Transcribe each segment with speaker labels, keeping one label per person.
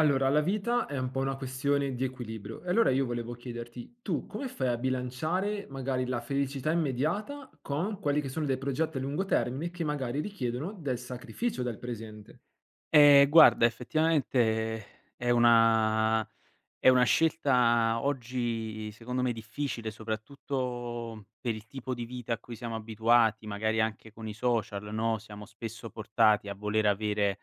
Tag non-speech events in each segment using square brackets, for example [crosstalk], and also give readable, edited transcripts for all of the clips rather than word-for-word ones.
Speaker 1: Allora, la vita è un po' una questione di equilibrio. E allora io volevo chiederti, tu come fai a bilanciare magari la felicità immediata con quelli che sono dei progetti a lungo termine che magari richiedono del sacrificio dal presente?
Speaker 2: Guarda, effettivamente è una scelta oggi secondo me difficile, soprattutto per il tipo di vita a cui siamo abituati, magari anche con i social, no, siamo spesso portati a voler avere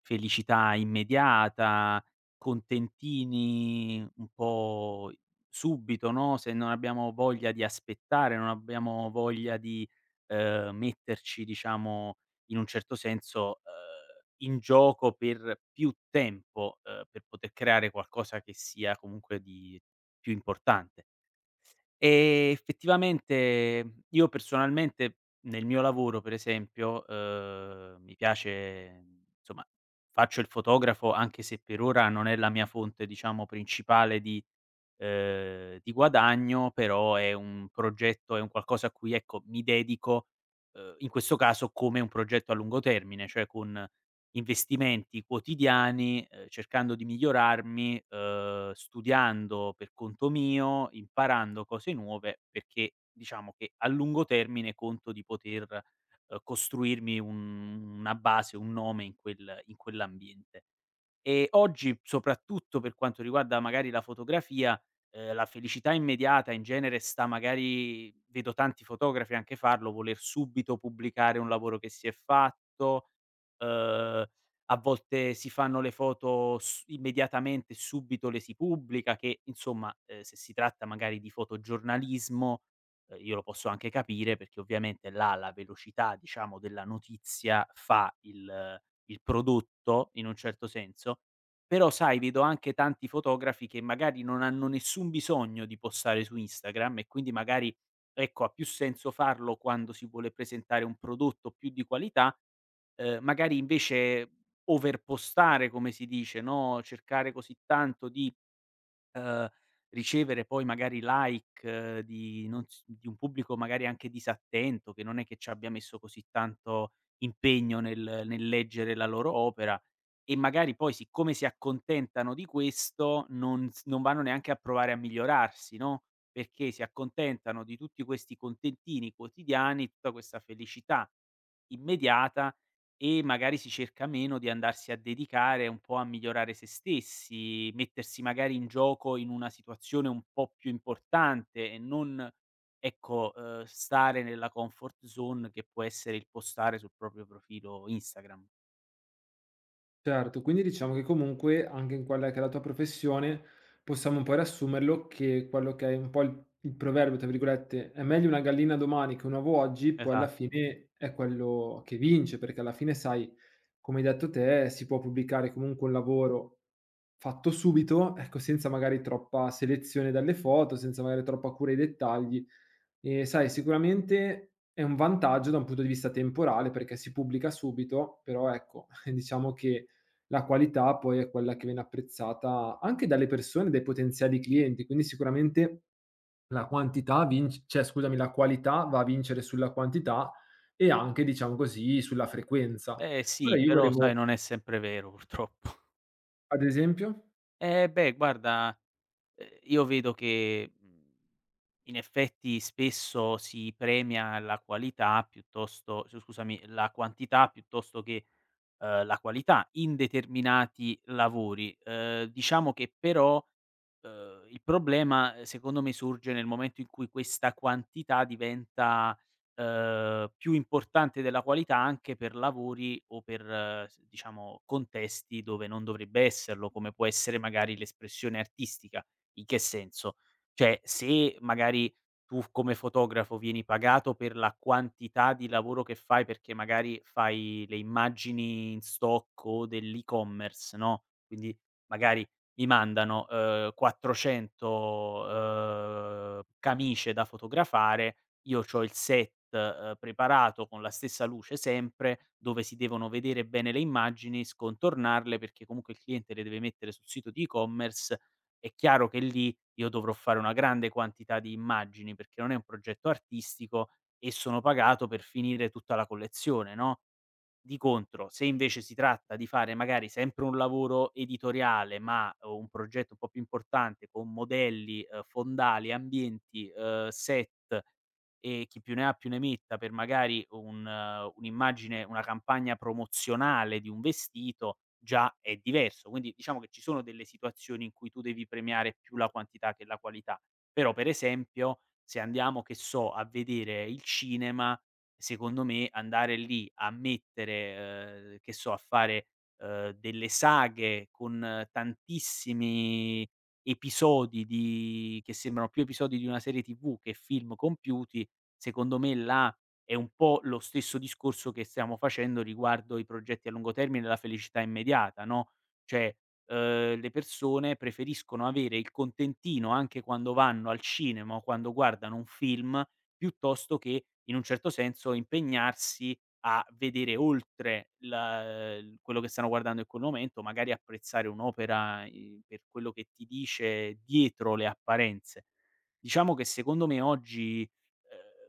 Speaker 2: felicità immediata, contentini un po' subito, no, se non abbiamo voglia di aspettare, non abbiamo voglia di, metterci, diciamo, in un certo senso, in gioco per più tempo, per poter creare qualcosa che sia comunque di più importante. Effettivamente, io personalmente nel mio lavoro, per esempio, mi piace, insomma, faccio il fotografo, anche se per ora non è la mia fonte, diciamo, principale di di guadagno, però è un progetto, è un qualcosa a cui, ecco, mi dedico, in questo caso, come un progetto a lungo termine, cioè con investimenti quotidiani, cercando di migliorarmi, studiando per conto mio, imparando cose nuove, perché diciamo che a lungo termine conto di poter costruirmi un una base, un nome in quell'ambiente. Oggi, soprattutto per quanto riguarda magari la fotografia, la felicità immediata in genere sta magari... vedo tanti fotografi anche farlo, voler subito pubblicare un lavoro che si è fatto, uhm, a volte si fanno le foto s immediatamente, subito le si pubblica che, insomma, se si tratta magari di fotogiornalismo. Io lo posso anche capire perché ovviamente là la velocità, diciamo, della notizia fa il prodotto, in un certo senso, però sai, vedo anche tanti fotografi che magari non hanno nessun bisogno di postare su Instagram e quindi magari, ecco, ha più senso farlo quando si vuole presentare un prodotto più di qualità, magari invece overpostare, come si dice, no, cercare così tanto di uhm, ricevere poi magari like, di non s di un pubblico magari anche disattento, che non è che ci abbia messo così tanto impegno nel leggere la loro opera, e magari poi, siccome si accontentano di questo, non vanno neanche a provare a migliorarsi, no, perché si accontentano di tutti questi contentini quotidiani, tutta questa felicità immediata, e magari si cerca meno di andarsi a dedicare un po' a migliorare se stessi, mettersi magari in gioco in una situazione un po' più importante, e non, ecco, stare nella comfort zone, che può essere il postare sul proprio profilo Instagram.
Speaker 1: Certo, quindi diciamo che comunque anche in quella che è la tua professione, possiamo un po' riassumerlo che quello che è un po' il proverbio, tra virgolette, "è meglio una gallina domani che un uovo oggi", poi alla
Speaker 2: Esatto.
Speaker 1: fine è quello che vince, perché alla fine sai, come hai detto te, si può pubblicare comunque un lavoro fatto subito, ecco, senza magari troppa selezione dalle foto, senza magari troppa cura ai dettagli. Sai, sicuramente è un vantaggio da un punto di vista temporale, perché si pubblica subito, però ecco, [laughs] diciamo che la qualità poi è quella che viene apprezzata anche dalle persone, dai potenziali clienti, quindi sicuramente la quantità vinc cioè scusami, la qualità va a vincere sulla quantità e anche, diciamo così, sulla frequenza.
Speaker 2: Beh,
Speaker 1: Ora
Speaker 2: sì,
Speaker 1: io
Speaker 2: però sai,
Speaker 1: volevo,
Speaker 2: non è sempre vero [laughs] purtroppo.
Speaker 1: ad esempio?
Speaker 2: Eh, beh, guarda. Io vedo che, in effetti spesso si premia la qualità piuttosto... s scusami, la quantità piuttosto che, la qualità in determinati lavori. Diciamo che però, il problema, secondo me sorge nel momento in cui questa quantità diventa, più importante della qualità anche per lavori o per s diciamo contesti dove non dovrebbe esserlo, come può essere magari l'espressione artistica. In che senso? Cioè, se magari tu, come fotografo, vieni pagato per la quantità di lavoro che fai, perché magari fai le immagini in stock o dell'e-commerce, no, quindi magari mi mandano, 400, camicie da fotografare, io c'ho il set, preparato con la stessa luce sempre, dove si devono vedere bene le immagini, scontornarle, perché comunque il cliente le deve mettere sul sito di e-commerce. È chiaro che lì io dovrò fare una grande quantità di immagini, perché non è un progetto artistico e sono pagato per finire tutta la collezione, no? Di contro, se invece si tratta di fare magari sempre un lavoro editoriale, ma un progetto un po' più importante con modelli, fondali, ambienti, set, e chi più ne ha più ne metta per magari un'immagine, una campagna promozionale di un vestito, già è diverso. Quindi diciamo che ci sono delle situazioni in cui tu devi premiare più la quantità che la qualità. Però, per esempio, se andiamo, che so, a vedere il cinema, secondo me andare lì a mettere, che so, a fare, delle saghe con tantissimi episodi, di che sembrano più episodi di una serie TV che film compiuti. Secondo me là è un po' lo stesso discorso che stiamo facendo riguardo i progetti a lungo termine e la felicità immediata, no, cioè, le persone preferiscono avere il contentino anche quando vanno al cinema o quando guardano un film, piuttosto che, in un certo senso, impegnarsi a vedere oltre la l quello che stanno guardando in quel momento, magari apprezzare un'opera, per quello che ti dice dietro le apparenze. Diciamo che secondo me oggi,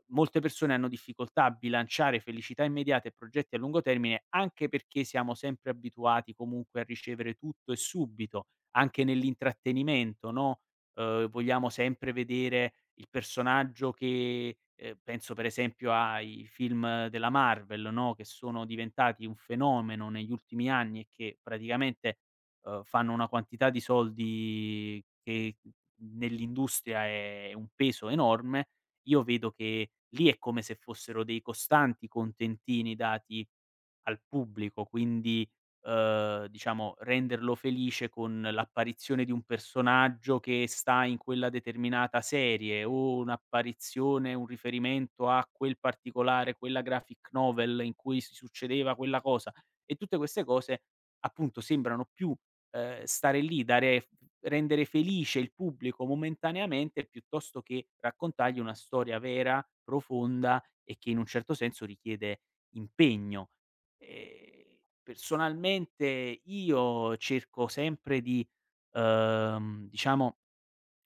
Speaker 2: molte persone hanno difficoltà a bilanciare felicità immediata e progetti a lungo termine, anche perché siamo sempre abituati, comunque, a ricevere tutto e subito, anche nell'intrattenimento, no, vogliamo sempre vedere il personaggio che, penso per esempio ai film della Marvel, no, che sono diventati un fenomeno negli ultimi anni e che praticamente, fanno una quantità di soldi che nell'industria è un peso enorme. Io vedo che lì è come se fossero dei costanti contentini dati al pubblico, quindi, diciamo, renderlo felice con l'apparizione di un personaggio che sta in quella determinata serie o un'apparizione, un riferimento a quel particolare, quella graphic novel in cui si succedeva quella cosa. E tutte queste cose, appunto, sembrano più stare lì, dare rendere felice il pubblico momentaneamente, piuttosto che raccontargli una storia vera, profonda e che in un certo senso richiede impegno. Personalmente io cerco sempre di, diciamo,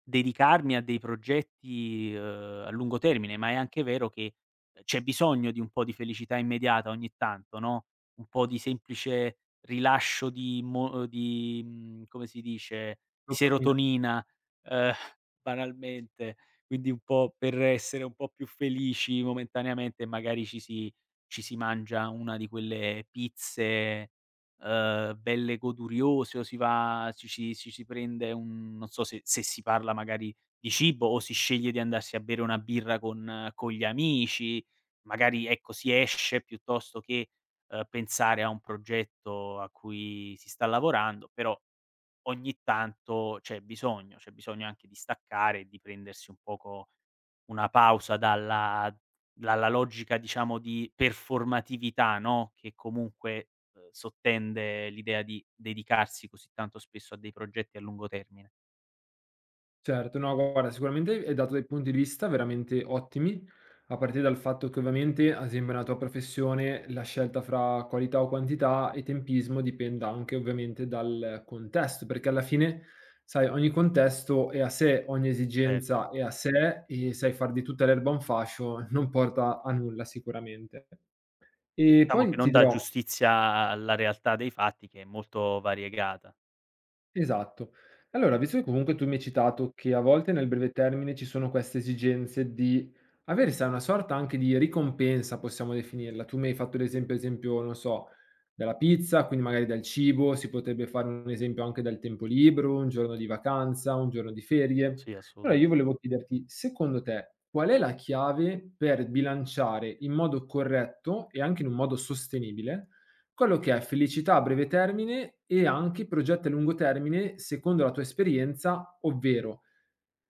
Speaker 2: dedicarmi a dei progetti, a lungo termine, ma è anche vero che, c'è bisogno di un po' di felicità immediata ogni tanto, no, un po' di semplice rilascio di come si dice, di serotonina, uhm, [laughs] banalmente, quindi un po' per essere un po' più felici momentaneamente, magari ci si mangia una di quelle pizze, belle goduriose, o si va ci ci ci si prende un... non so, se si parla magari di cibo, o si sceglie di andarsi a bere una birra con gli amici, magari ecco si esce, piuttosto che, pensare a un progetto a cui si sta lavorando, però ogni tanto c'è bisogno anche di staccare e di prendersi un poco una pausa dalla logica, diciamo, di performatività, no, che comunque, sottende l'idea di dedicarsi così tanto spesso a dei progetti a lungo termine.
Speaker 1: Certo, no guarda, sicuramente hai dato dei punti di vista veramente ottimi, a partire dal fatto che ovviamente, ad esempio nella tua professione, la scelta fra qualità o quantità e tempismo dipenda anche ovviamente dal contesto, perché alla fine, sai, ogni contesto è a sé, ogni
Speaker 2: Certo,
Speaker 1: esigenza è a sé e sai, far di tutta l'erba un fascio non porta a nulla sicuramente. E
Speaker 2: diciamo che
Speaker 1: poi
Speaker 2: non
Speaker 1: ti
Speaker 2: dà
Speaker 1: dirò,
Speaker 2: giustizia alla realtà dei fatti, che è molto variegata.
Speaker 1: esatto. Allora, visto che comunque tu mi hai citato che a volte nel breve termine ci sono queste esigenze di avere, sai, una sorta anche di ricompensa, possiamo definirla. Tu mi hai fatto l'esempio, esempio, non so, della pizza, quindi magari dal cibo, si potrebbe fare un esempio anche dal tempo libero, un giorno di vacanza, un giorno di ferie.
Speaker 2: Sì,
Speaker 1: Allora
Speaker 2: assolutamen...
Speaker 1: io volevo chiederti, secondo te, qual è la chiave per bilanciare in modo corretto e anche in un modo sostenibile quello che è felicità a breve termine e anche progetti a lungo termine secondo la tua esperienza, ovvero,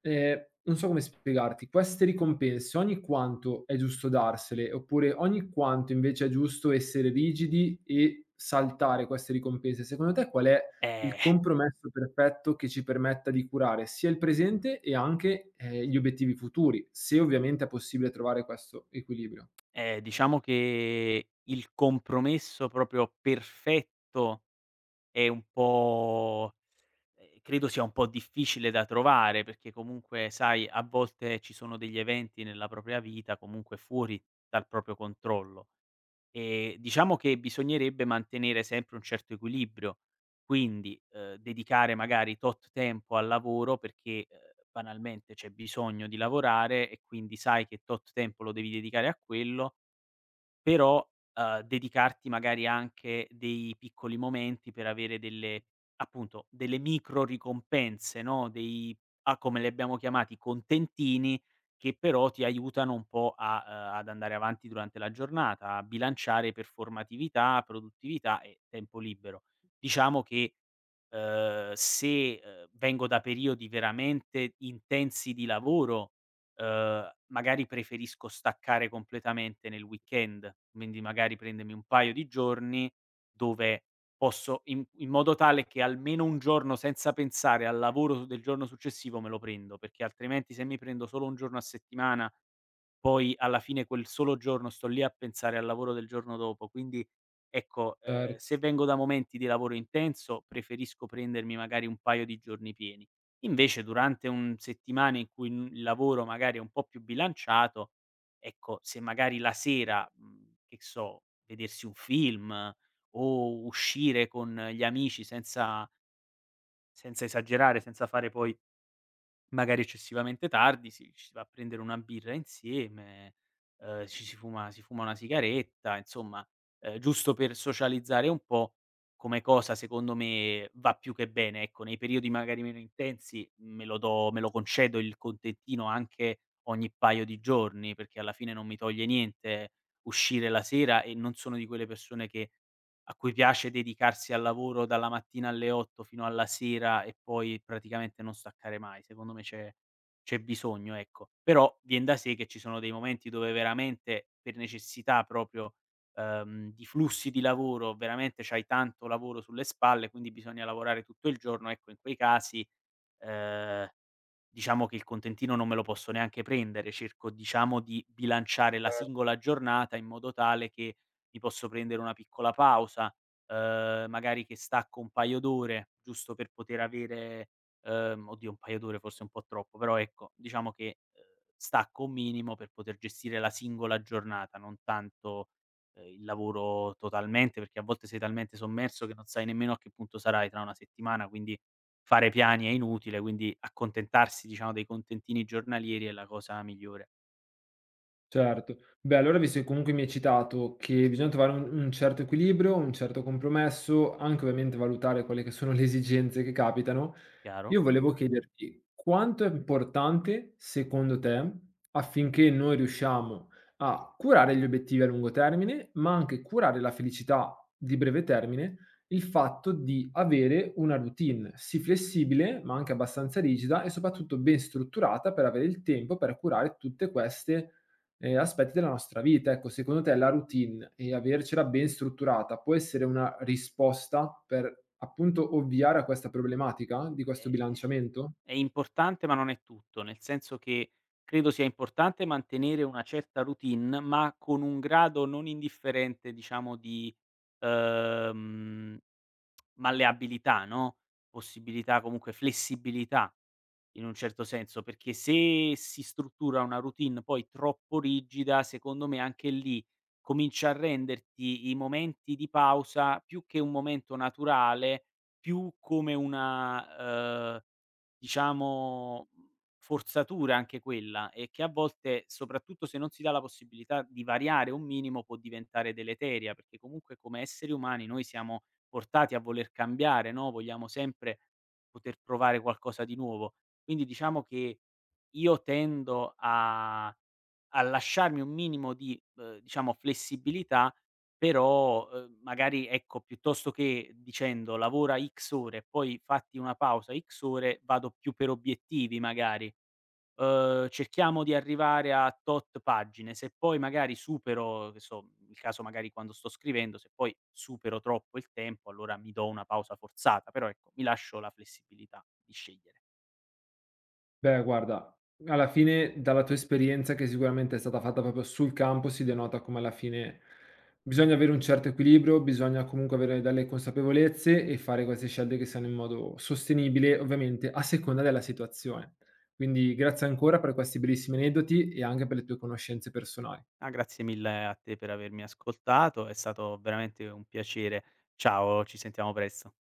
Speaker 1: non so come spiegarti, queste ricompense ogni quanto è giusto darsele, oppure ogni quanto invece è giusto essere rigidi e saltare queste ricompense? Secondo te qual è il
Speaker 2: Eh,
Speaker 1: compromesso perfetto che ci permetta di curare sia il presente e anche, gli obiettivi futuri, se ovviamente è possibile trovare questo equilibrio.
Speaker 2: diciamo che il compromesso proprio perfetto è un po'... credo sia un po' difficile da trovare, perché comunque, sai, a volte ci sono degli eventi nella propria vita, comunque, fuori dal proprio controllo. Diciamo che bisognerebbe mantenere sempre un certo equilibrio, quindi, dedicare magari tot tempo al lavoro, perché, banalmente c'è bisogno di lavorare, e quindi sai che tot tempo lo devi dedicare a quello, però, dedicarti magari anche dei piccoli momenti per avere delle, appunto, delle micro ricompense, no, dei, a come li abbiamo chiamati, contentini, che però ti aiutano un po' a, ad andare avanti durante la giornata, a bilanciare performatività, produttività e tempo libero. Diciamo che, se, vengo da periodi veramente intensi di lavoro, magari preferisco staccare completamente nel weekend, quindi magari prendermi un paio di giorni dove posso, in modo tale che almeno un giorno senza pensare al lavoro del giorno successivo me lo prendo, perché altrimenti se mi prendo solo un giorno a settimana poi alla fine quel solo giorno sto lì a pensare al lavoro del giorno dopo. Quindi ecco,
Speaker 1: Cer
Speaker 2: se vengo da momenti di lavoro intenso, preferisco prendermi magari un paio di giorni pieni. Invece durante un settimana in cui n il lavoro magari è un po' più bilanciato, ecco, se magari la sera, che so, vedersi un film, o uscire con gli amici senza esagerare, senza fare poi magari eccessivamente tardi, ci si va a prendere una birra insieme, ci si fuma una sigaretta, insomma, giusto per socializzare un po', come cosa secondo me va più che bene. Ecco, nei periodi magari meno intensi me lo concedo il contentino anche ogni paio di giorni, perché alla fine non mi toglie niente, uscire la sera, e non sono di quelle persone che a cui piace dedicarsi al lavoro dalla mattina alle 8 fino alla sera e poi praticamente non staccare mai. Secondo me c'è bisogno, ecco. Però vien da sé che ci sono dei momenti dove veramente per necessità proprio, di flussi di lavoro, veramente c'hai tanto lavoro sulle spalle, quindi bisogna lavorare tutto il giorno, ecco, in quei casi, ehm diciamo che il contentino non me lo posso neanche prendere, cerco, diciamo, di bilanciare la singola giornata in modo tale che mi posso prendere una piccola pausa, magari che stacco un paio d'ore giusto per poter avere... oddio, un paio d'ore forse è un po' troppo, però ecco diciamo che, stacco un minimo per poter gestire la singola giornata, non tanto, il lavoro totalmente, perché a volte sei talmente sommerso che non sai nemmeno a che punto sarai tra una settimana, quindi fare piani è inutile, quindi accontentarsi, diciamo, dei contentini giornalieri è la cosa migliore.
Speaker 1: Certo. Beh, allora, visto che comunque mi hai citato che bisogna trovare un certo equilibrio, un certo compromesso, anche ovviamente valutare quelle che sono le esigenze che capitano,
Speaker 2: Chiaro.
Speaker 1: io volevo chiederti quanto è importante secondo te, affinché noi riusciamo a curare gli obiettivi a lungo termine, ma anche curare la felicità di breve termine, il fatto di avere una routine, sì flessibile, ma anche abbastanza rigida e soprattutto ben strutturata per avere il tempo per curare tutte queste aspetti della nostra vita. Ecco, secondo te la routine e avercela ben strutturata può essere una risposta per, appunto, ovviare a questa problematica di questo
Speaker 2: Ehm,
Speaker 1: bilanciamento?
Speaker 2: è importante, ma non è tutto, nel senso che credo sia importante mantenere una certa routine, ma con un grado non indifferente, diciamo, di, ehm, malleabilità, no, possibilità, comunque flessibilità. In un certo senso, perché se si struttura una routine poi troppo rigida, secondo me anche lì comincia a renderti i momenti di pausa più che un momento naturale, più come una, diciamo, mhmm, forzatura anche quella, e che a volte, soprattutto se non si dà la possibilità di variare un minimo, può diventare deleteria, perché comunque come esseri umani noi siamo portati a voler cambiare, no, vogliamo sempre poter provare qualcosa di nuovo. Quindi diciamo che io tendo a lasciarmi un minimo di, diciamo, flessibilità, però, magari ecco, piuttosto che dicendo: "Lavora X ore e poi fatti una pausa X ore", vado più per obiettivi magari. Cerchiamo di arrivare a tot pagine, se poi magari supero, che so, il caso magari quando sto scrivendo, se poi supero troppo il tempo allora mi do una pausa forzata, però ecco, mi lascio la flessibilità di scegliere.
Speaker 1: Beh, guarda, alla fine dalla tua esperienza, che sicuramente è stata fatta proprio sul campo, si denota come alla fine bisogna avere un certo equilibrio, bisogna comunque avere delle consapevolezze e fare queste scelte che siano in modo sostenibile, ovviamente a seconda della situazione. Quindi grazie ancora per questi bellissimi aneddoti e anche per le tue conoscenze personali.
Speaker 2: Ah, grazie mille a te per avermi ascoltato, è stato veramente un piacere. Ciao, ci sentiamo presto.